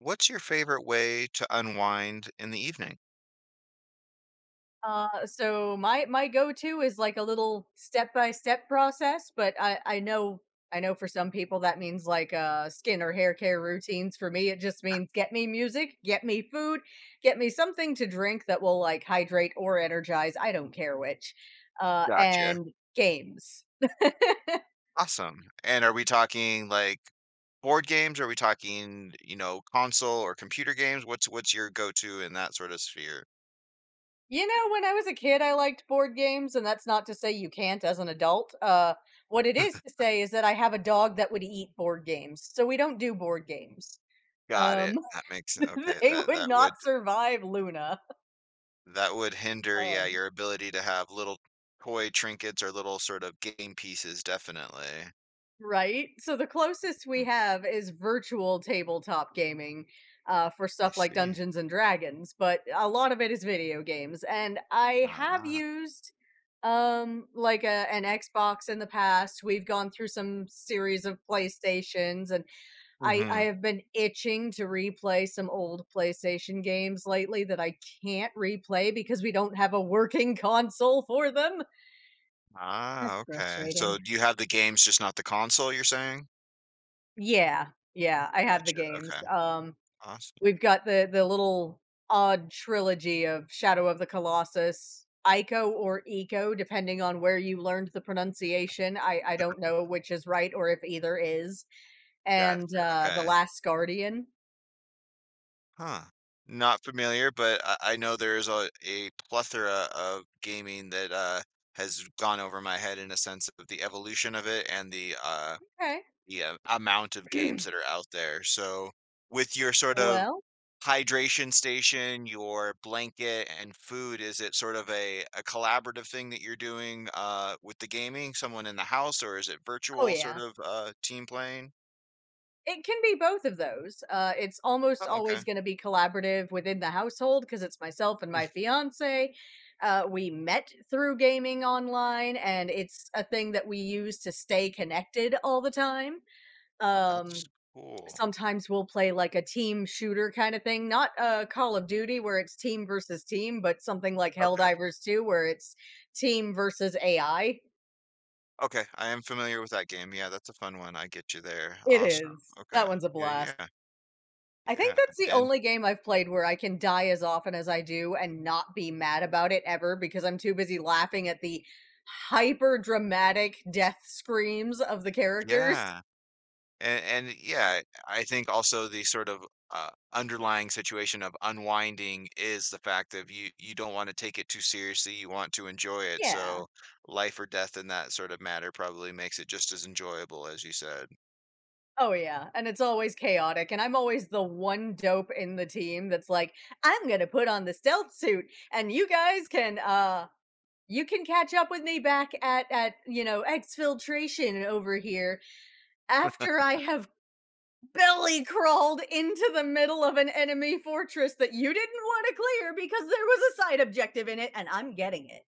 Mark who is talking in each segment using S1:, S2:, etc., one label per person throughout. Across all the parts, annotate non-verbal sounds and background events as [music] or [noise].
S1: What's your favorite way to unwind in the evening?
S2: So my go-to is like a little step-by-step process, but I know I know for some people that means like skin or hair care routines. For me, it just means get me music, get me food, get me something to drink that will like hydrate or energize. I don't care which. Uh,
S1: Gotcha.
S2: and games.
S1: Awesome. And are we talking like board games? Are we talking, you know, console or computer games? What's your go-to in that sort of sphere?
S2: You know, when I was a kid, I liked board games, and that's not to say you can't as an adult. What it is to say is that I have a dog that would eat board games, so we don't do board games.
S1: Got
S2: Um,
S1: it.
S2: [laughs]
S1: That makes okay.
S2: They
S1: That
S2: would
S1: that
S2: not
S1: would
S2: survive Luna,
S1: that would hinder, yeah,
S2: um,
S1: your ability to have little toy trinkets or little sort of game pieces, definitely.
S2: right? So the closest we
S1: Mm,
S2: have is virtual tabletop gaming, for
S1: I
S2: stuff like
S1: see.
S2: Dungeons& and Dragons, but a lot of it is video games, and I have
S1: Ah.
S2: used a an Xbox in the past. We've gone through some series of PlayStations, and I
S1: Hmm.
S2: have been itching to replay some old PlayStation games lately that I can't replay because we don't have a working [laughs] console for them. That's
S1: Ah, okay. So
S2: frustrating.
S1: do you have the games, just not the console, you're saying?
S2: Yeah, yeah, I have the
S1: Gotcha.
S2: games.
S1: Okay. Awesome.
S2: We've got the little odd trilogy of Shadow of the Colossus, Ico or Eco, depending on where you learned the pronunciation. I don't know which is right or if either is.
S1: Gotcha,
S2: And The
S1: okay.
S2: Last Guardian.
S1: Huh. Not familiar, but I know there's a plethora of gaming that, has gone over my head in a sense of the evolution of it and the, uh
S2: Okay.
S1: the, uh, amount of games that
S2: [clears throat]
S1: are out there, so, with your sort of
S2: Well,
S1: hydration station, your blanket, and food, is it sort of a collaborative thing that you're doing, with the gaming? Someone in the house, or is it
S2: oh
S1: virtual sort
S2: yeah.
S1: of, team playing?
S2: It can be both of those. It's almost
S1: Oh, okay.
S2: always going to be collaborative within the household because it's myself and my
S1: [laughs]
S2: fiance. We met through gaming online, and it's a thing that we use to stay connected all the time.
S1: Oh, that's
S2: Um,
S1: cool.
S2: sometimes we'll play like a team shooter kind of thing, not Call of Duty where it's team versus team, but something like
S1: Okay.
S2: Helldivers 2 where it's team versus AI.
S1: Okay, I am familiar with that game. Yeah, that's a fun one. I get you there.
S2: It
S1: Awesome.
S2: is.
S1: Okay.
S2: That one's a
S1: Yeah,
S2: blast.
S1: yeah,
S2: I think
S1: yeah.
S2: that's the
S1: And
S2: only game I've played where I can die as often as I do and not be mad about it ever because I'm too busy laughing at the hyper dramatic death screams of the characters.
S1: yeah. And yeah, I think also the sort of underlying situation of unwinding is the fact of you don't want to take it too seriously. You want to enjoy it.
S2: Yeah.
S1: So life or death in that sort of matter probably makes it just as enjoyable as you said.
S2: Oh, yeah. And it's always chaotic. And I'm always the one dope in the team that's like, I'm going to put on the stealth suit and you guys can, you can catch up with me back at you know exfiltration over here after I have belly crawled into the middle of an enemy fortress that you didn't want to clear because there was a side objective in it and I'm getting it.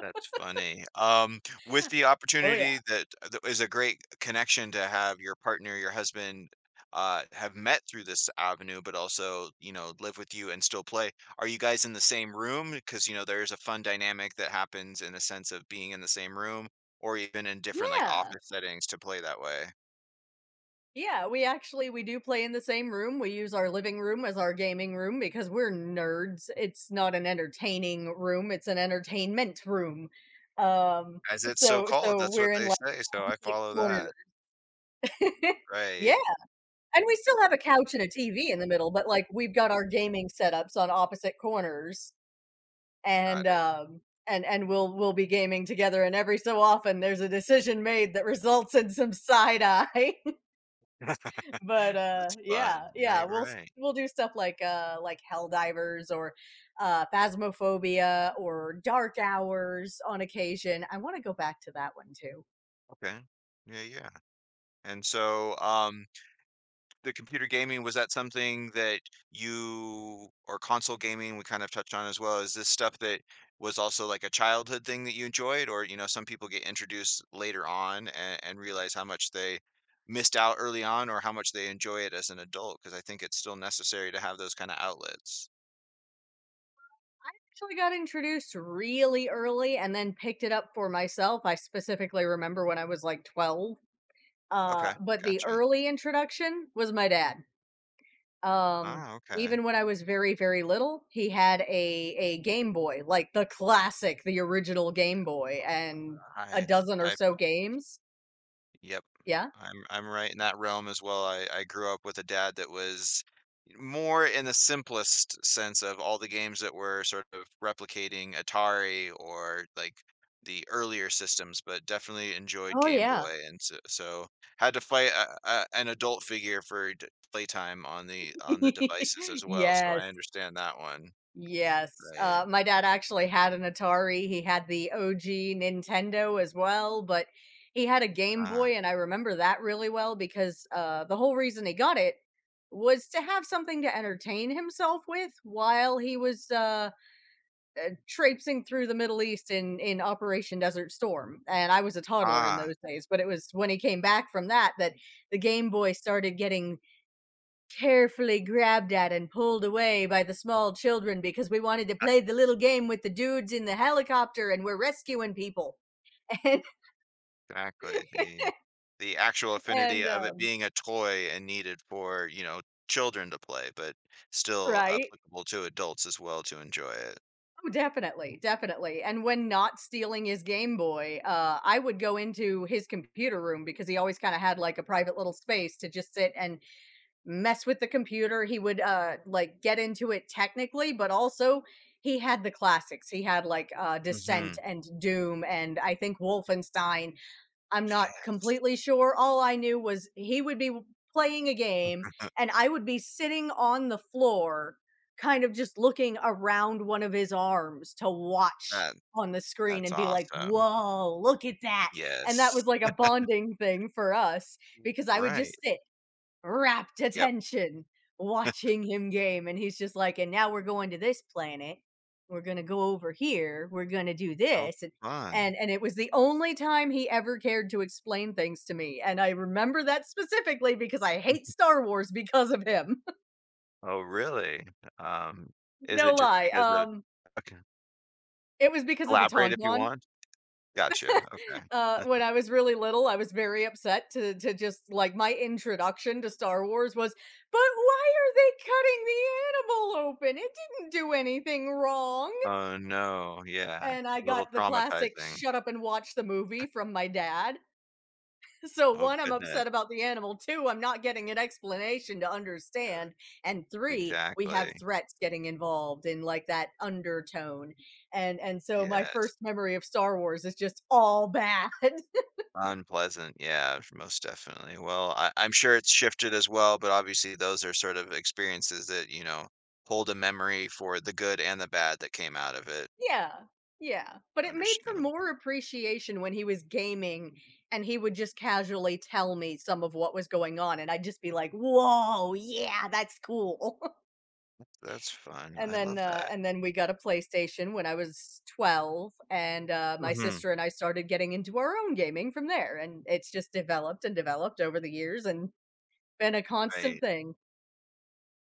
S1: That's funny. With the
S2: Oh yeah.
S1: opportunity that that is a great connection to have your partner, your husband, have met through this avenue, but also, you know, live with you and still play. Are you guys in the same room? Because, you know, there's a fun dynamic that happens in a sense of being in the same room or even in different like
S2: Yeah.
S1: office settings to play that way.
S2: Yeah, we do play in the same room. We use our living room as our gaming room because we're nerds. It's not an entertaining room, it's an entertainment room. Um
S1: As it's so
S2: so
S1: called,
S2: so
S1: that's
S2: we're
S1: what
S2: in
S1: they
S2: like
S1: say. So I
S2: opposite
S1: follow
S2: corner.
S1: that.
S2: [laughs] Yeah,
S1: Right.
S2: and we still have a couch and a TV in the middle, but like we've got our gaming setups on opposite corners.
S1: Got
S2: and
S1: it.
S2: um and we'll be gaming together and every so often there's a decision made that results in some side eye [laughs] but
S1: [laughs] That's
S2: yeah,
S1: fun.
S2: yeah,
S1: Right,
S2: we'll s-
S1: right.
S2: we'll do stuff like hell divers or Phasmophobia or Dark Hours on occasion. I want to go back to that one too.
S1: Okay. Yeah, yeah. And so, the computer gaming, was that something that you or console gaming we kind of touched on as well, is this stuff that was also like a childhood thing that you enjoyed? Or, you know, some people get introduced later on and realize how much they missed out early on or how much they enjoy it as an adult, because I think it's still necessary to have those kind of outlets.
S2: Actually got introduced really early and then picked it up for myself. I specifically remember when I was like 12,
S1: Okay,
S2: but the
S1: gotcha.
S2: early introduction was my dad. Um,
S1: Ah, okay.
S2: even when I was very, very little, he had a Game Boy, like the classic, the original Game Boy, and a
S1: I
S2: dozen or
S1: I.
S2: so games.
S1: Yep.
S2: Yeah.
S1: I'm right in that realm as well. I grew up with a dad that was more in the simplest sense of all the games that were sort of replicating Atari or like the earlier systems, but definitely enjoyed
S2: Oh
S1: Game
S2: yeah.
S1: Boy, and so, so had to fight a, an adult figure for playtime on the devices
S2: [laughs]
S1: as well. So
S2: Yes.
S1: I understand that one.
S2: Yes.
S1: Right.
S2: My dad actually had an Atari. He had the OG Nintendo as well, but he had a Game
S1: Ah.
S2: Boy, and I remember that really well because the whole reason he got it was to have something to entertain himself with while he was traipsing through the Middle East in Operation Desert Storm, and I was a toddler in
S1: Ah.
S2: those days. But it was when he came back from that the Game Boy started getting carefully grabbed at and pulled away by the small children because we wanted to play the little game with the dudes in the helicopter and we're rescuing people. [laughs] And
S1: Exactly, the actual affinity
S2: and
S1: of it being a toy and needed for, you know, children to play, but still
S2: right.
S1: applicable to adults as well to enjoy it.
S2: Oh, definitely, definitely. And when not stealing his Game Boy, I would go into his computer room because he always kind of had like a private little space to just sit and mess with the computer. He would like get into it technically, but also he had the classics. He had like Descent
S1: Mhm.
S2: and Doom and I think Wolfenstein. I'm not
S1: Yes.
S2: completely sure. All I knew was he would be playing a game and I would be sitting on the floor kind of just looking around one of his arms to watch
S1: That
S2: on the screen
S1: that's
S2: and be like,
S1: awesome.
S2: "Whoa, look at that." And that
S1: Yes.
S2: was like a bonding thing for us because I would
S1: Right.
S2: just sit rapt
S1: Yep.
S2: attention watching him game and he's just like and now we're going to this planet, we're going to go over here, we're going to do
S1: How
S2: this
S1: fun.
S2: and it was the only time he ever cared to explain things to me, and I remember that specifically because I hate Star Wars because of him. [laughs]
S1: Oh, really? Um, is
S2: No
S1: it just
S2: lie.
S1: because of okay.
S2: It was because of the
S1: Elaborate if you
S2: tauntaun.
S1: want. Gotcha, okay.
S2: When I was really little, I was very upset to just like my introduction to Star Wars was, but why are they cutting the animal open? It didn't do anything wrong.
S1: Oh, no, yeah.
S2: And
S1: A
S2: I
S1: little
S2: got the classic
S1: traumatizing.
S2: shut up and watch the movie from my dad. So
S1: Oh,
S2: one, I'm
S1: goodness.
S2: upset about the animal. Two, I'm not getting an explanation to understand. And three, we have
S1: Exactly.
S2: threats getting involved in like that undertone. And so my
S1: Yes.
S2: first memory of Star Wars is just all bad. [laughs]
S1: Unpleasant, yeah, most definitely. Well, I I'm sure it's shifted as well, but obviously those are sort of experiences that, you know, hold a memory for the good and the bad that came out of it.
S2: Yeah, yeah, but it made for
S1: Understandable.
S2: more appreciation when he was gaming and he would just casually tell me some of what was going on, and I'd just be like, "Whoa, yeah, that's cool." [laughs]
S1: That's fun. I love that.
S2: And then we got a PlayStation when I was 12, and my
S1: Mhm.
S2: sister and I started getting into our own gaming from there, and it's just developed and developed over the years and been a constant
S1: Right.
S2: thing.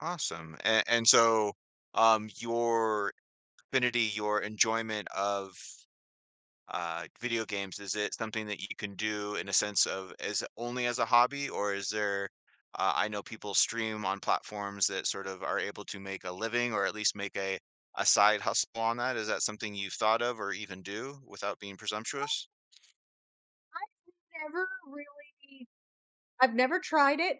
S1: Awesome. And so, your affinity, your enjoyment of video games, is it something that you can do in a sense of as only as a hobby, or is there I know people stream on platforms that sort of are able to make a living or at least make a side hustle on that. Is that something you've thought of or even do without being presumptuous?
S2: I never really I've never tried it.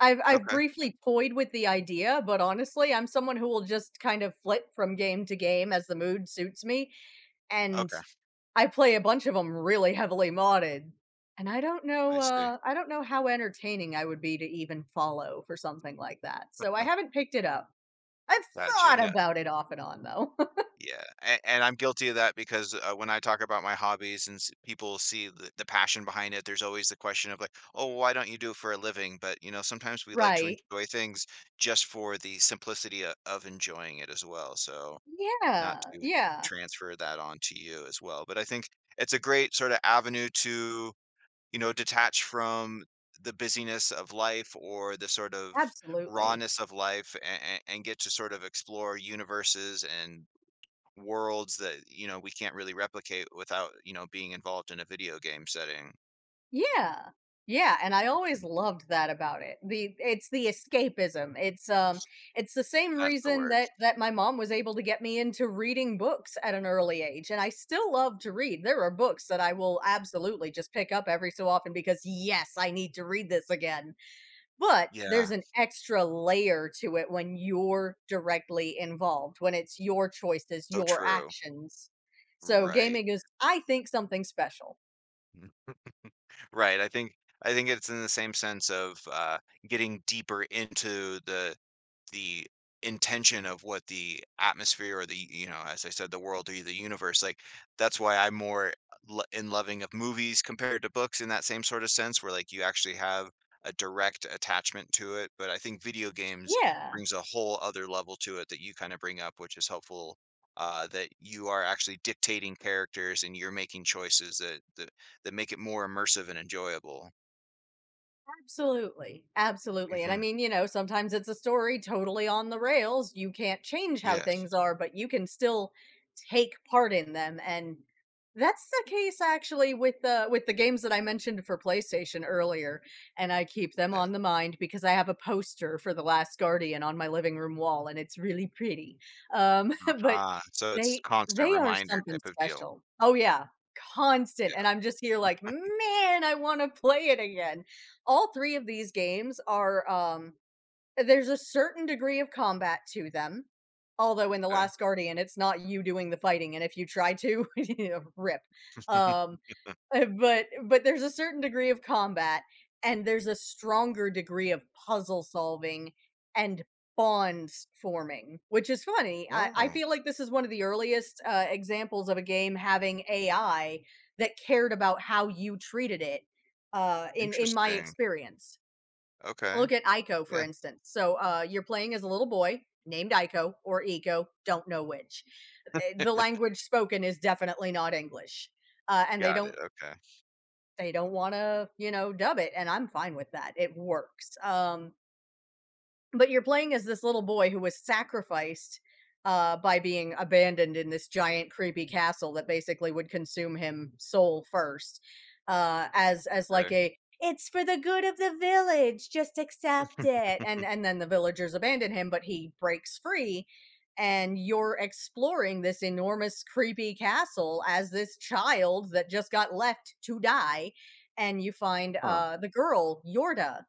S2: I've
S1: Okay.
S2: briefly toyed with the idea, but honestly, I'm someone who will just kind of flip from game to game as the mood suits me, and
S1: Okay.
S2: I play a bunch of them really heavily modded, and
S1: I see.
S2: I don't know how entertaining I would be to even follow for something like that, so I
S1: Uh,
S2: haven't picked it up. I've
S1: Gotcha.
S2: thought
S1: No,
S2: about it off and on, though. [laughs]
S1: yeah, and I'm guilty of that because, when I talk about my hobbies and s people see the passion behind it, there's always the question of like, "Oh, why don't you do it for a living?" But, you know, sometimes we like to
S2: Right.
S1: enjoy things just for the simplicity of enjoying it as well, so not
S2: Yeah,
S1: to
S2: yeah,
S1: transfer that on to you as well, but I think it's a great sorta avenue to, you know, detach from the busyness of life or the sort of
S2: absolutely.
S1: rawness of life and get to sort of explore universes and worlds that, you know, we can't really replicate without, you know, being involved in a video game setting.
S2: Yeah. Yeah, and I always
S1: Awesome.
S2: loved that about it. The It's the escapism. It's it's the same
S1: That's the
S2: reason
S1: word.
S2: that my mom was able to get me into reading books at an early age and I still love to read. There are books that I will absolutely just pick up every so often because yes, I need to read this again. But there's
S1: Yeah,
S2: an extra layer to it when you're directly involved, when it's your choices,
S1: so
S2: your
S1: true.
S2: actions. So
S1: Right.
S2: gaming is I think something special.
S1: Mhm. Right, I think it's in the same sense of, getting deeper into the intention of what the atmosphere or the, you know, as I said, the world or the universe, like that's why I'm more in loving of movies compared to books in that same sort of sense where like you actually have a direct attachment to it, but I think video games
S2: Yeah.
S1: brings a whole other level to it that you kind of bring up, which is helpful, that you are actually dictating characters and you're making choices that that make it more immersive and enjoyable.
S2: Absolutely, absolutely, and I
S1: Hmm.
S2: mean, you know, sometimes it's a story totally on the rails, you can't change how
S1: Yes.
S2: things are, but you can still take part in them, and that's the case actually with the games that I mentioned for PlayStation earlier, and I keep them
S1: Got
S2: on
S1: it.
S2: the mind because I have a poster for The Last Guardian on my living room wall, and it's really pretty, [laughs] but
S1: Ah, so it's
S2: they
S1: constant
S2: they are
S1: reminder
S2: something
S1: type of deal.
S2: special. Oh, yeah, constant, and
S1: Yeah,
S2: I'm just here like, "Man, I wanna play it again." All three of these games are there's a certain degree of combat to them, although in The Last Guardian it's not you doing the fighting, and if you try to [laughs] you know, rip
S1: okay. [laughs]
S2: um but there's a certain degree of combat and there's a stronger degree of puzzle solving and bonds forming, which is funny.
S1: Oh,
S2: I feel like this is one of the earliest examples of a game having AI that cared about how you treated it, in my
S1: interesting.
S2: experience.
S1: Okay.
S2: Look at Ico for
S1: Yeah,
S2: instance. So you're playing as a little boy named Ico or Eco, don't know which. The language spoken is definitely not English, and
S1: got it, okay,
S2: they don't wanna, you know, dub it, and I'm fine with that. It works. But you're playing as this little boy who was sacrificed by being abandoned in this giant creepy castle that basically would consume him soul first, as like
S1: okay.
S2: a it's for the good of the village, just accept it. And
S1: [laughs]
S2: and then the villagers abandon him, but he breaks free, and you're exploring this enormous creepy castle as this child that just got left to die, and you find
S1: Huh.
S2: the girl Yorda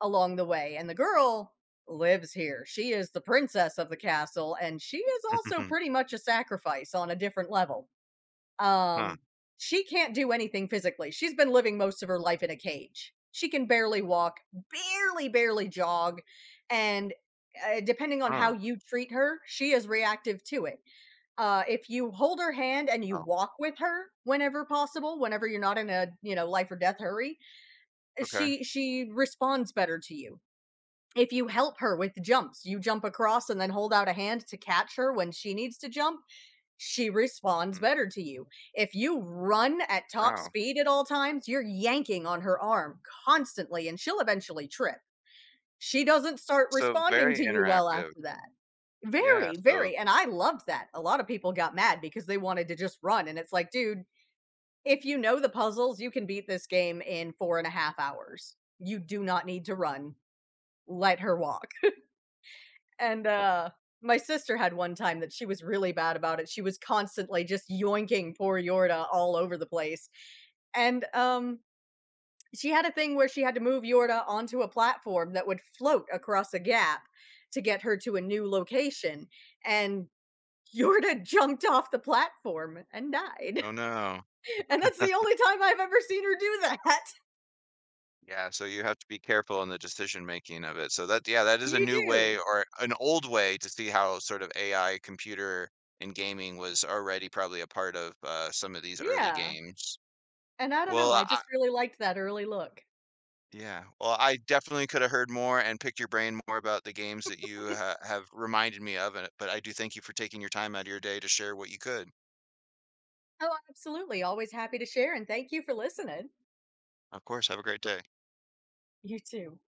S2: along the way. And the girl lives here. She is the princess of the castle, and she is also
S1: [laughs]
S2: pretty much a sacrifice on a different level.
S1: Huh,
S2: Um, she can't do anything physically. She's been living most of her life in a cage. She can barely walk, barely, barely jog. And depending on how
S1: huh.
S2: you treat her, she is reactive to it. If you hold her hand and you
S1: Oh,
S2: walk with her whenever possible, whenever you're not in a you know life or death hurry,
S1: okay.
S2: she responds better to you. If you help her with jumps, you jump across and then hold out a hand to catch her when she needs to jump, she responds
S1: Mm,
S2: better to you. If you run at top
S1: wow.
S2: speed at all times, you're yanking on her arm constantly and she'll eventually trip. She doesn't start
S1: So
S2: responding
S1: very
S2: to you well
S1: interactive.
S2: after that.
S1: Yeah,
S2: Very,
S1: so
S2: very. And I loved that. A lot of people got mad because they wanted to just run. And it's like, dude, if you know the puzzles, you can beat this game in 4.5 hours. You do not need to run. Let her walk. And,
S1: uh
S2: uh, my sister had one time that she was really bad about it. She was constantly just yoinking poor Yorda all over the place. And, um, she had a thing where she had to move Yorda onto a platform that would float across a gap to get her to a new location, and Yorda [laughs] jumped off the platform and died.
S1: oh,
S2: [laughs]
S1: no.
S2: And that's the only time I've ever seen her do that. [laughs]
S1: Yeah, so you have to be careful in the decision making of it. So that yeah, that is a
S2: You
S1: new way
S2: do.
S1: or an old way to see how sort of AI computer and gaming was already probably a part of, some of these early
S2: Yeah.
S1: games.
S2: And I don't know,
S1: Well,
S2: I
S1: I.
S2: just really liked that early look.
S1: Yeah. Well, I definitely could have heard more and picked your brain more about the games that you ha have reminded me of, and but I do thank you for taking your time out of your day to share what you could.
S2: Oh, absolutely. Always happy to share, and thank you for listening.
S1: Of course, have a great day.
S2: You too.